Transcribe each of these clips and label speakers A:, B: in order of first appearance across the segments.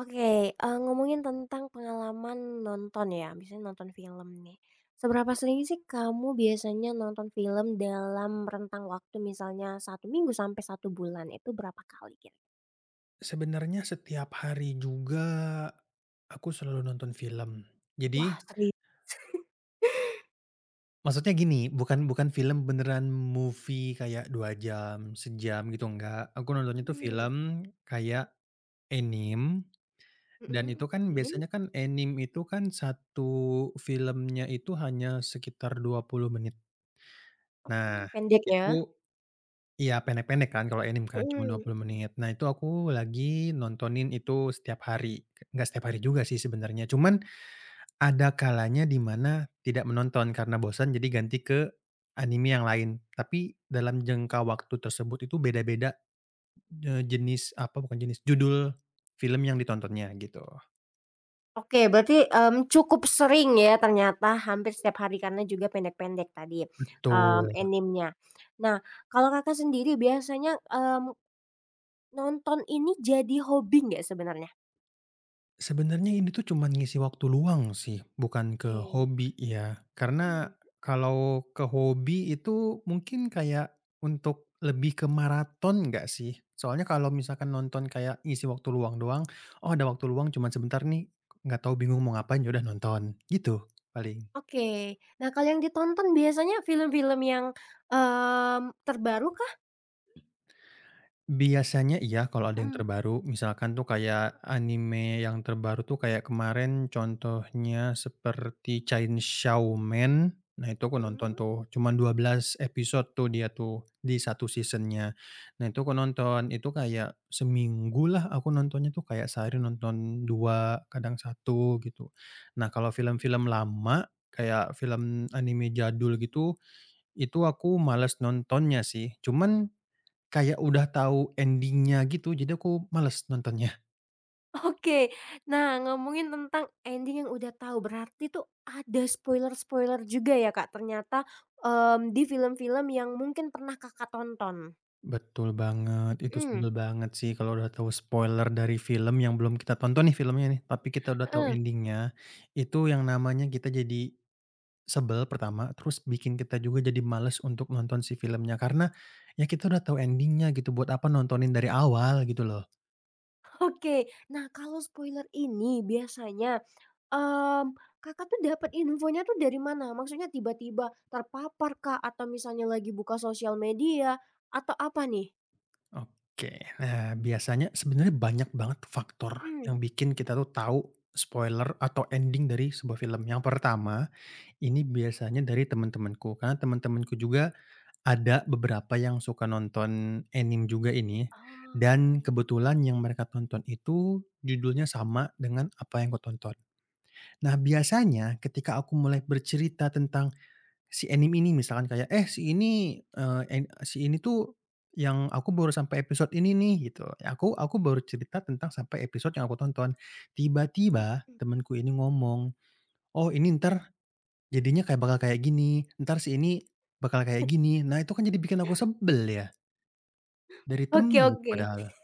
A: Oke, ngomongin tentang pengalaman nonton ya, misalnya nonton film nih. Seberapa sering sih kamu biasanya nonton film dalam rentang waktu misalnya satu minggu sampai satu bulan, itu berapa kali kira.
B: Sebenarnya setiap hari juga aku selalu nonton film. Jadi,
A: Wah, sering.
B: maksudnya gini, bukan bukan film beneran movie kayak 2 jam, sejam gitu, enggak. Aku nontonnya tuh
A: Mmm,
B: film kayak anime dan
A: mhm,
B: itu kan
A: ini,
B: biasanya kan anime itu kan satu filmnya itu hanya sekitar 20 menit.
A: oh,
B: Nah,
A: pendek ya?
B: itu iya pendek-pendek kan kalau anime kan cuma dua
A: Mhm.
B: puluh menit. Nah, itu aku lagi nontonin itu setiap hari, enggak setiap hari juga sih sebenarnya, cuman ada kalanya di mana tidak menonton karena bosan jadi ganti ke anime yang lain. Tapi dalam jangka waktu tersebut itu beda-beda, jenis apa bukan jenis, judul film yang ditontonnya gitu.
A: Oke, berarti, cukup sering ya ternyata hampir setiap hari karena juga pendek-pendek tadi,
B: Betul.
A: animenya. Nah, kalau Kakak sendiri biasanya, nonton ini jadi hobi nggak sebenarnya?
B: Sebenarnya ini tuh cuman ngisi waktu luang sih, bukan ke
A: Oke.
B: hobi ya. Karena
A: Mhm,
B: kalau ke hobi itu mungkin kayak untuk lebih ke maraton nggak sih? Soalnya kalau misalkan nonton kayak ngisi waktu luang doang, "Oh, ada waktu luang cuman sebentar nih," nggak tahu bingung mau ngapain, ya udah nonton, gitu paling.
A: oke. Nah, kalau yang ditonton biasanya film-film yang, terbaru kah?
B: Biasanya iya kalau ada yang
A: Mhm.
B: terbaru, misalkan tuh kayak anime yang terbaru tuh kayak kemarin contohnya seperti Chainsaw Man. Nah itu aku nonton
A: Mhm.
B: tuh, cuman 12 episode tuh dia tuh di satu seasonnya. Nah itu aku nonton, itu kayak seminggu lah, aku nontonnya tuh kayak sehari nonton 2 kadang satu gitu. Nah kalau film-film lama, kayak film anime jadul gitu, itu aku males nontonnya sih. Cuman kayak udah tahu ending-nya gitu, jadi aku males nontonnya.
A: Oke. Nah, ngomongin tentang ending yang udah tahu, berarti tuh ada spoiler-spoiler juga ya, Kak, ternyata, di film-film yang mungkin pernah Kakak tonton?
B: Betul banget, itu
A: Mhm.
B: sebel banget sih kalau udah tahu spoiler dari film yang belum kita tonton nih filmnya nih, tapi kita udah tahu
A: Heeh.
B: ending-nya, itu yang namanya kita jadi sebel pertama, terus bikin kita juga jadi males untuk nonton si filmnya karena ya kita udah tahu ending-nya gitu, buat apa nontonin dari awal gitu loh.
A: Oke, nah kalau spoiler ini biasanya, Kakak tuh dapat infonya tuh dari mana? Maksudnya tiba-tiba terpapar kah? Atau misalnya lagi buka sosial media? Atau apa nih?
B: Oke, nah biasanya sebenarnya banyak banget faktor
A: Mhm.
B: yang bikin kita tuh tahu spoiler atau ending dari sebuah film. Yang pertama ini biasanya dari temen-temenku, karena temen-temenku juga ada beberapa yang suka nonton anime juga ini,
A: Oh, oke.
B: dan kebetulan yang mereka tonton itu judulnya sama dengan apa yang aku tonton. Nah, biasanya ketika aku mulai bercerita tentang si anime ini misalkan kayak, "Eh, si ini, eee, en si ini tuh yang aku baru sampai episode ini nih," gitu. Aku baru cerita tentang sampai episode yang aku tonton.
A: Mhm,
B: Tiba-tiba
A: mhm.
B: temenku ini ngomong, "Oh, ini entar jadinya kayak bakal kayak gini, entar si ini bakal kayak gini." Nah, itu kan jadi bikin aku sebel ya, dari temen
A: Oke,
B: itu
A: oke.
B: padahal.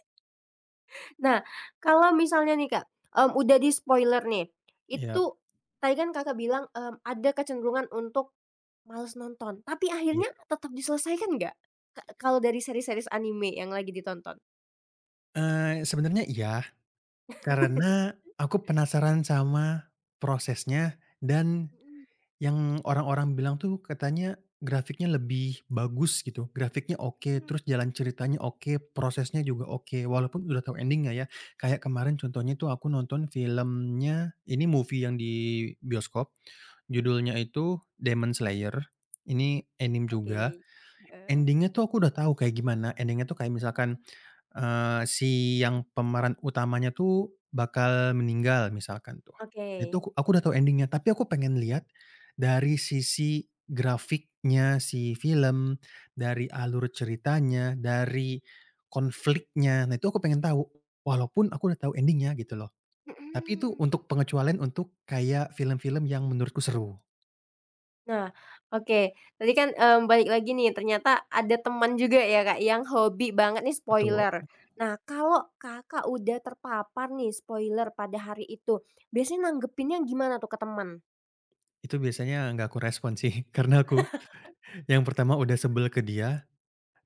A: Nah, kalau misalnya nih Kak, udah di-spoiler nih, itu
B: Yap,
A: tadi kan Kakak bilang, ada kecenderungan untuk males nonton, tapi akhirnya
B: yap.
A: tetap diselesaikan nggak? Kalau dari seri-seri anime yang lagi ditonton?
B: Sebenarnya iya, karena aku penasaran sama prosesnya dan yang orang-orang bilang tuh katanya grafiknya lebih bagus gitu, grafiknya oke,
A: Mmm,
B: terus jalan ceritanya oke, prosesnya juga oke, walaupun udah tahu ending-nya ya. Kayak kemarin contohnya tuh aku nonton filmnya ini movie yang di bioskop. Judulnya itu Demon Slayer, ini anime juga,
A: oke. Heeh.
B: ending-nya tuh aku udah tahu kayak gimana, ending-nya tuh kayak misalkan, si yang pemeran utamanya tuh bakal meninggal misalkan tuh.
A: Oke.
B: Itu aku udah tahu endingnya tapi aku pengen lihat dari sisi grafiknya si film, dari alur ceritanya, dari konfliknya, nah itu aku pengen tahu, walaupun aku udah tahu endingnya gitu loh. Tapi itu
A: Mhm.
B: untuk pengecualian untuk kayak film-film yang menurutku seru,
A: Nah, oke. Tadi kan, balik lagi nih ternyata ada teman juga ya, Kak, yang hobi banget nih
B: betul.
A: spoiler. Nah, kalau Kakak udah terpapar nih spoiler pada hari itu, biasanya nanggepinnya gimana tuh ke teman?
B: Itu biasanya nggak aku respon sih, karena aku yang pertama udah sebel ke dia,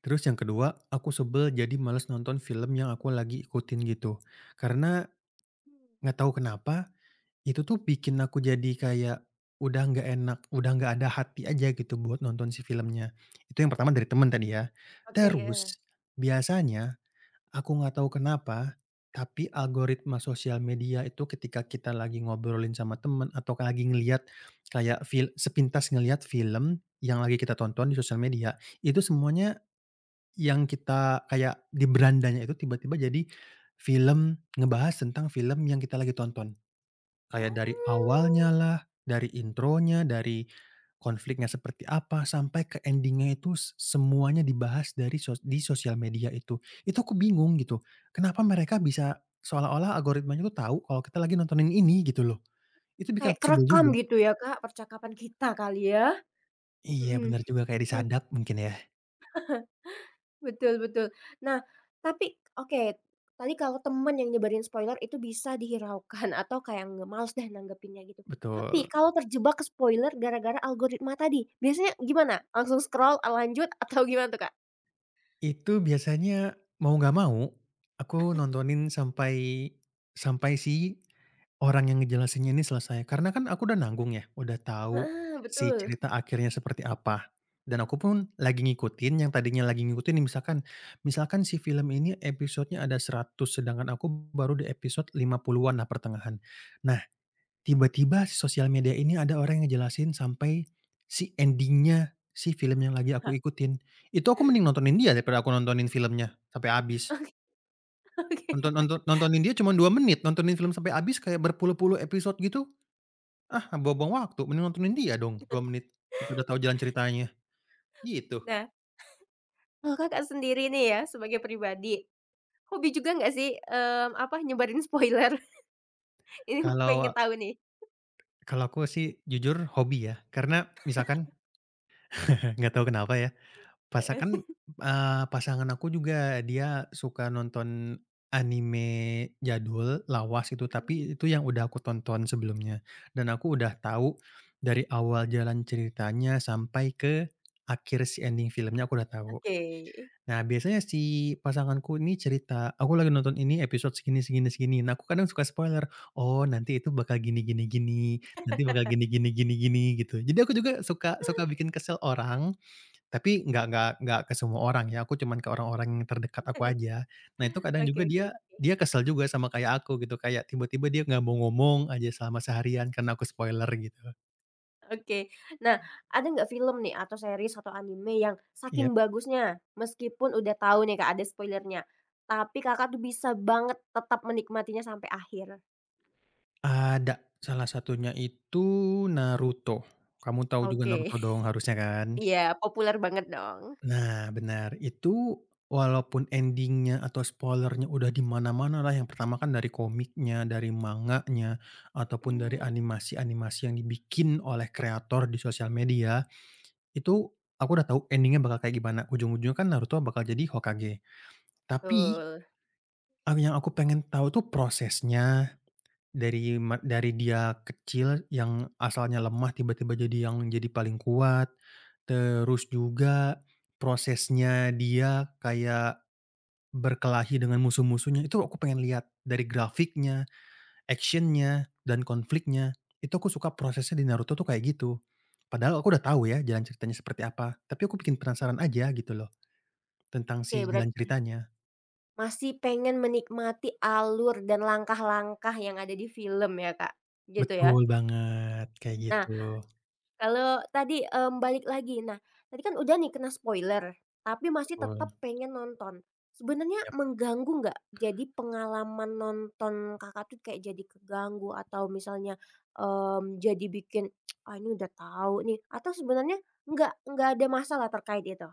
B: terus yang kedua aku sebel jadi males nonton film yang aku lagi ikutin gitu. Karena nggak tahu kenapa, itu tuh bikin aku jadi kayak udah nggak enak, udah nggak ada hati aja gitu buat nonton si filmnya. Itu yang pertama dari temen tadi ya.
A: Oke, heeh.
B: Terus biasanya aku nggak tahu kenapa, tapi algoritma sosial media itu ketika kita lagi ngobrolin sama temen atau lagi ngelihat kayak sepintas ngelihat film yang lagi kita tonton di sosial media, itu semuanya yang kita kayak di berandanya itu tiba-tiba jadi film ngebahas tentang film yang kita lagi tonton. Kayak dari
A: Oh,
B: awalnya lah, dari intronya, dari konfliknya seperti apa, sampai ke endingnya itu semuanya dibahas dari di sosial media itu. Itu aku bingung gitu, kenapa mereka bisa seolah-olah algoritmanya tuh tahu kalau kita lagi nontonin ini gitu loh. Itu bikin
A: kayak
B: aku sebel
A: kerekam
B: juga.
A: gitu ya, Kak, percakapan kita kali ya?
B: Iya benar juga, kayak
A: Mhm.
B: disadap mungkin ya?
A: Betul, betul. Nah, tapi oke, tadi kalau temen yang nyebarin spoiler itu bisa dihiraukan atau kayak nggak males deh nanggepinnya gitu. Tapi
B: Betul.
A: kalau terjebak ke spoiler gara-gara algoritma tadi, biasanya gimana? Langsung scroll, lanjut atau gimana tuh, Kak?
B: Itu biasanya mau nggak mau, aku nontonin sampai sampai si orang yang ngejelasinnya ini selesai. Karena kan aku udah nanggung ya, udah tahu
A: Heeh,
B: si
A: betul.
B: cerita akhirnya seperti apa. Dan aku pun lagi ngikutin yang tadinya lagi ngikutin nih misalkan misalkan si film ini episodenya ada 100 sedangkan aku baru di episode 50-an lah pertengahan. Nah tiba-tiba si sosial media ini ada orang yang ngejelasin sampai si ending-nya si film yang lagi aku ikutin. Itu aku mending nontonin dia daripada aku nontonin filmnya sampai habis.
A: Oke.
B: Nonton nonton nontonin dia cuma 2 menit, nontonin film sampai habis kayak berpuluh-puluh episode gitu, ah, buang-buang waktu, mending nontonin dia dong 2 menit, kita udah tahu jalan ceritanya, gitu.
A: Nah, kalau Kakak sendiri nih ya sebagai pribadi, hobi juga nggak sih, apa, nyebarin spoiler? Ini
B: Kalau
A: pengen tahu nih.
B: kalau aku sih jujur hobi ya, karena misalkan nggak tahu kenapa ya
A: Heeh.
B: Pasakan pasangan aku juga dia suka nonton anime jadul, lawas itu,
A: Mhm.
B: tapi itu yang udah aku tonton sebelumnya. Dan aku udah tahu dari awal jalan ceritanya sampai ke akhir si ending filmnya aku udah tahu.
A: Oke.
B: Nah, biasanya si pasanganku ini cerita, "Aku lagi nonton ini episode segini segini segini." Nah, aku kadang suka spoiler, "Oh, nanti itu bakal gini gini gini, nanti bakal gini gini gini gini," gitu. Jadi aku juga suka suka bikin kesel orang tapi nggak ke semua orang ya, aku cuman ke orang-orang yang terdekat aku aja. Nah itu kadang
A: Oke,
B: juga
A: oke,
B: dia
A: oke.
B: dia kesel juga sama kayak aku gitu, kayak tiba-tiba dia nggak mau ngomong aja selama seharian karena aku spoiler gitu.
A: Oke. Nah, ada nggak film nih atau series atau anime yang saking
B: Yap,
A: bagusnya, meskipun udah tahu nih Kak ada spoilernya, tapi Kakak tuh bisa banget tetap menikmatinya sampai akhir?
B: ada. Salah satunya itu Naruto. Kamu tahu juga
A: Oke.
B: Naruto dong harusnya kan?
A: Iya, populer banget dong.
B: Nah, benar. Itu walaupun endingnya atau spoilernya udah di mana-mana lah, yang pertama kan dari komiknya, dari manganya, ataupun dari
A: Mhm.
B: animasi-animasi yang dibikin oleh kreator di sosial media, itu aku udah tahu endingnya bakal kayak gimana. Ujung-ujungnya kan Naruto bakal jadi Hokage. Tapi,
A: Betul.
B: yang aku pengen tahu tuh prosesnya, dari dia kecil yang asalnya lemah tiba-tiba jadi yang jadi paling kuat, terus juga prosesnya dia kayak berkelahi dengan musuh-musuhnya itu aku pengen lihat dari grafiknya, actionnya dan konfliknya. Itu aku suka prosesnya di Naruto tuh kayak gitu. Padahal aku udah tahu ya jalan ceritanya seperti apa, tapi aku bikin penasaran aja gitu loh tentang
A: Oke,
B: si jalan
A: berarti
B: ceritanya.
A: masih pengen menikmati alur dan langkah-langkah yang ada di film ya Kak, gitu ya?
B: Betul banget, kayak
A: Nah,
B: gitu,
A: kalau tadi, balik lagi, nah tadi kan udah nih kena spoiler, tapi masih
B: betul.
A: tetap pengen nonton. Sebenarnya
B: Ya,
A: mengganggu nggak? Jadi pengalaman nonton Kakak tuh kayak jadi keganggu atau misalnya, jadi bikin, "Ah, ini udah tahu nih," atau sebenarnya nggak ada masalah terkait itu?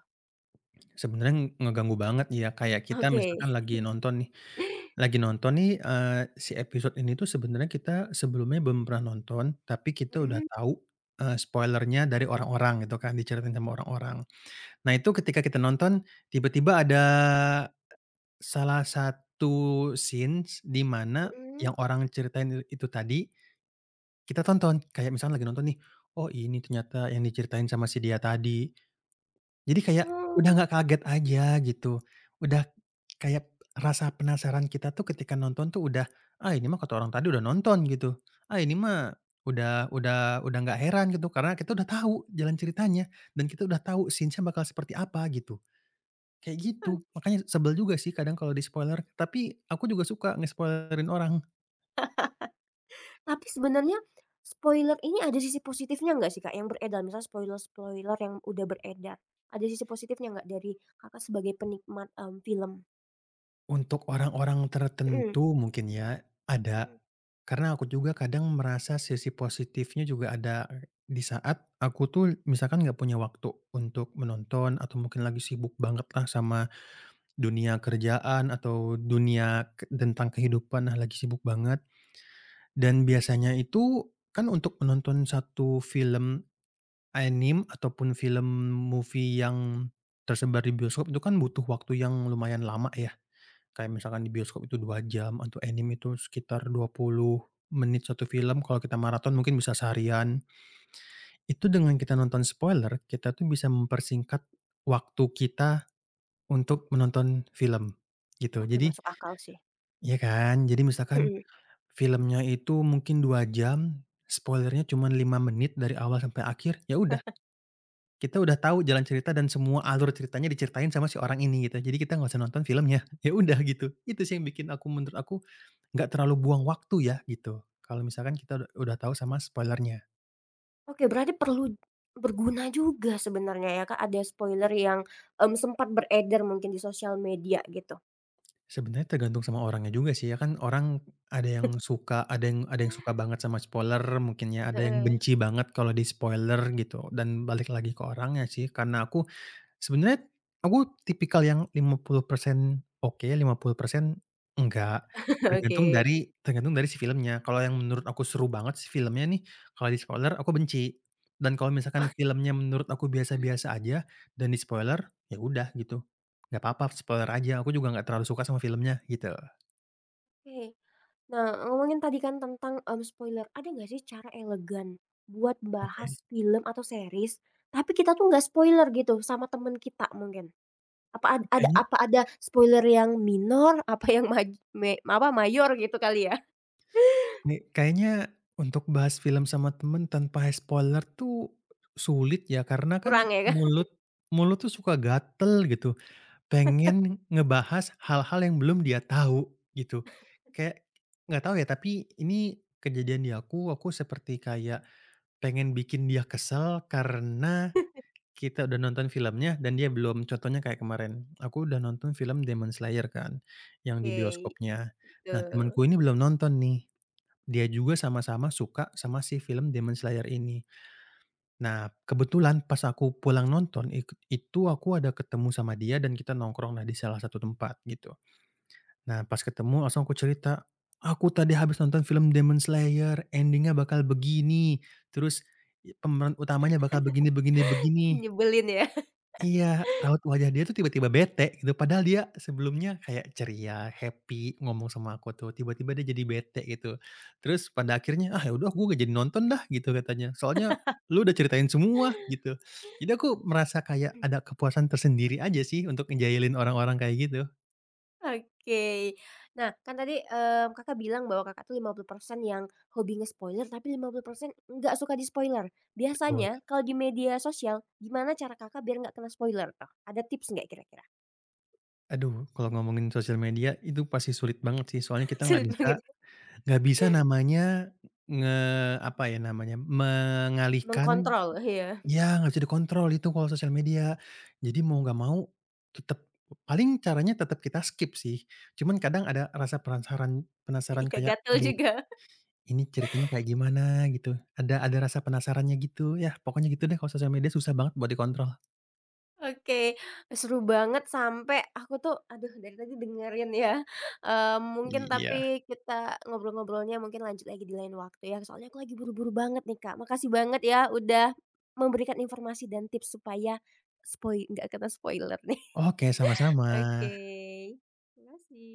B: sebenarnya ngeganggu banget ya, kayak kita
A: Oke.
B: misalkan lagi nonton nih, si episode ini tuh sebenarnya kita sebelumnya belum pernah nonton, tapi kita udah
A: Mhm,
B: tahu, spoiler dari orang-orang gitu kan, diceritain sama orang-orang. Nah itu ketika kita nonton, tiba-tiba ada salah satu scenes di mana
A: mhm.
B: yang orang ceritain itu tadi, kita tonton. Kayak misalnya lagi nonton nih, "Oh ini ternyata yang diceritain sama si dia tadi." Jadi kayak udah nggak kaget aja gitu, udah kayak rasa penasaran kita tuh ketika nonton tuh udah, "Ah, ini mah kata orang tadi udah nonton," gitu. "Ah, ini mah udah nggak heran," gitu, karena kita udah tahu jalan ceritanya dan kita udah tahu scene-nya bakal seperti apa gitu, kayak
A: Oh.
B: gitu. Makanya sebel juga sih kadang kalau di-spoiler, tapi aku juga suka nge spoiler orang.
A: Tapi sebenarnya spoiler ini ada sisi positifnya nggak sih, Kak, yang beredar? Misalnya spoiler-spoiler yang udah beredar, ada sisi positifnya nggak dari Kakak sebagai penikmat, film?
B: Untuk orang-orang
A: Mhm.
B: tertentu mungkin ya,
A: Mhm.
B: ada. Karena aku juga kadang merasa sisi positifnya juga ada di saat aku tuh misalkan nggak punya waktu untuk menonton atau mungkin lagi sibuk banget lah sama dunia kerjaan atau dunia tentang kehidupan, nah lagi sibuk banget. Dan biasanya itu kan untuk menonton satu film anime ataupun film movie yang tersebar di bioskop itu kan butuh waktu yang lumayan lama ya. Kayak misalkan di bioskop itu 2 jam, untuk anime itu sekitar 20 menit satu film, kalau kita maraton mungkin bisa seharian. Itu dengan kita nonton spoiler, kita tuh bisa mempersingkat waktu kita untuk menonton film, gitu.
A: Oke,
B: Jadi
A: masuk akal sih.
B: ya kan, jadi misalkan
A: Mhm.
B: filmnya itu mungkin 2 jam, spoilernya cuma 5 menit dari awal sampai akhir, ya udah, kita udah tahu jalan cerita dan semua alur ceritanya diceritain sama si orang ini gitu, jadi kita nggak usah nonton filmnya, ya udah gitu. Itu sih yang bikin aku menurut aku nggak terlalu buang waktu ya, gitu. Kalau misalkan kita udah tahu sama spoilernya.
A: Oke, berarti perlu berguna juga sebenarnya ya, Kak, ada spoiler yang, sempat beredar mungkin di sosial media gitu.
B: Sebenarnya tergantung sama orangnya juga sih ya, kan orang ada yang suka ada yang suka banget sama spoiler mungkin ya, ada yang
A: Heeh.
B: benci banget kalau di-spoiler gitu, dan balik lagi ke orangnya sih. Karena aku sebenarnya aku tipikal yang 50% oke, 50% enggak,
A: Oke,
B: tergantung
A: oke.
B: dari tergantung dari si filmnya. Kalau yang menurut aku seru banget si filmnya nih, kalau di-spoiler aku benci, dan kalau misalkan filmnya menurut aku biasa-biasa aja dan di-spoiler, ya udah gitu. Nggak apa spoiler aja, aku juga nggak terlalu suka sama filmnya, gitu.
A: Oke. Nah, ngomongin tadi kan tentang, spoiler, ada nggak sih cara elegan buat
B: Oke,
A: bahas film atau series, tapi kita tuh nggak spoiler gitu sama temen kita mungkin? Apa ada
B: kayaknya
A: apa ada spoiler yang minor, apa yang maj me apa, mayor gitu kali ya?
B: nih, kayaknya untuk bahas film sama temen tanpa spoiler tuh sulit ya, karena kan
A: Kurang ya kan?
B: mulut mulut tuh suka gatel gitu, pengen ngebahas hal-hal yang belum dia tahu, gitu. Kayak nggak tahu ya, tapi ini kejadian di aku seperti kayak pengen bikin dia kesel karena kita udah nonton filmnya dan dia belum. Contohnya kayak kemarin, aku udah nonton film Demon Slayer kan, yang di
A: Oke,
B: bioskopnya.
A: itu
B: Nah, temanku ini belum nonton nih. Dia juga sama-sama suka sama si film Demon Slayer ini. Nah, kebetulan pas aku pulang nonton, itu aku ada ketemu sama dia dan kita nongkrong lah di salah satu tempat gitu. Nah, pas ketemu langsung aku cerita, "Aku tadi habis nonton film Demon Slayer, endingnya bakal begini, terus pemeran utamanya bakal begini begini begini."
A: nyebelin ya?
B: Iya, raut wajah dia tuh tiba-tiba bete gitu, padahal dia sebelumnya kayak ceria, happy, ngomong sama aku tuh, tiba-tiba dia jadi bete gitu. Terus pada akhirnya, "Ah, ya udah gue gak jadi nonton dah," gitu katanya, "soalnya lu udah ceritain semua," gitu. Jadi aku merasa kayak ada kepuasan tersendiri aja sih untuk ngejailin orang-orang kayak gitu.
A: Oke. Nah, kan tadi, Kakak bilang bahwa Kakak tuh 50% yang hobinya spoiler tapi 50% nggak suka di-spoiler.
B: Betul.
A: Biasanya kalau di media sosial, gimana cara Kakak biar nggak kena spoiler tuh? Ada tips nggak kira-kira?
B: Aduh, kalau ngomongin sosial media itu pasti sulit banget sih, soalnya kita nggak
A: Sulit
B: bisa
A: banget ya,
B: nggak bisa namanya nge apa ya namanya, mengalihkan.
A: mengkontrol, ya,
B: Ya nggak bisa dikontrol itu kalau sosial media. Jadi mau nggak mau tetap paling caranya tetap kita skip sih. Cuman kadang ada rasa penasaran penasaran
A: iya,
B: kayak,
A: gatel
B: "Aduh,
A: juga.
B: ini ceritanya kayak gimana?" Gitu. Ada rasa penasarannya gitu. Ya pokoknya gitu deh kalau sosial media susah banget buat dikontrol.
A: Oke, seru banget sampai aku tuh aduh dari tadi dengerin ya, mungkin
B: Iya.
A: tapi kita ngobrol-ngobrolnya mungkin lanjut lagi di lain waktu ya, soalnya aku lagi buru-buru banget nih, Kak. Makasih banget ya udah memberikan informasi dan tips supaya nggak kena spoiler nih.
B: Oke, sama-sama.
A: Oke, makasih.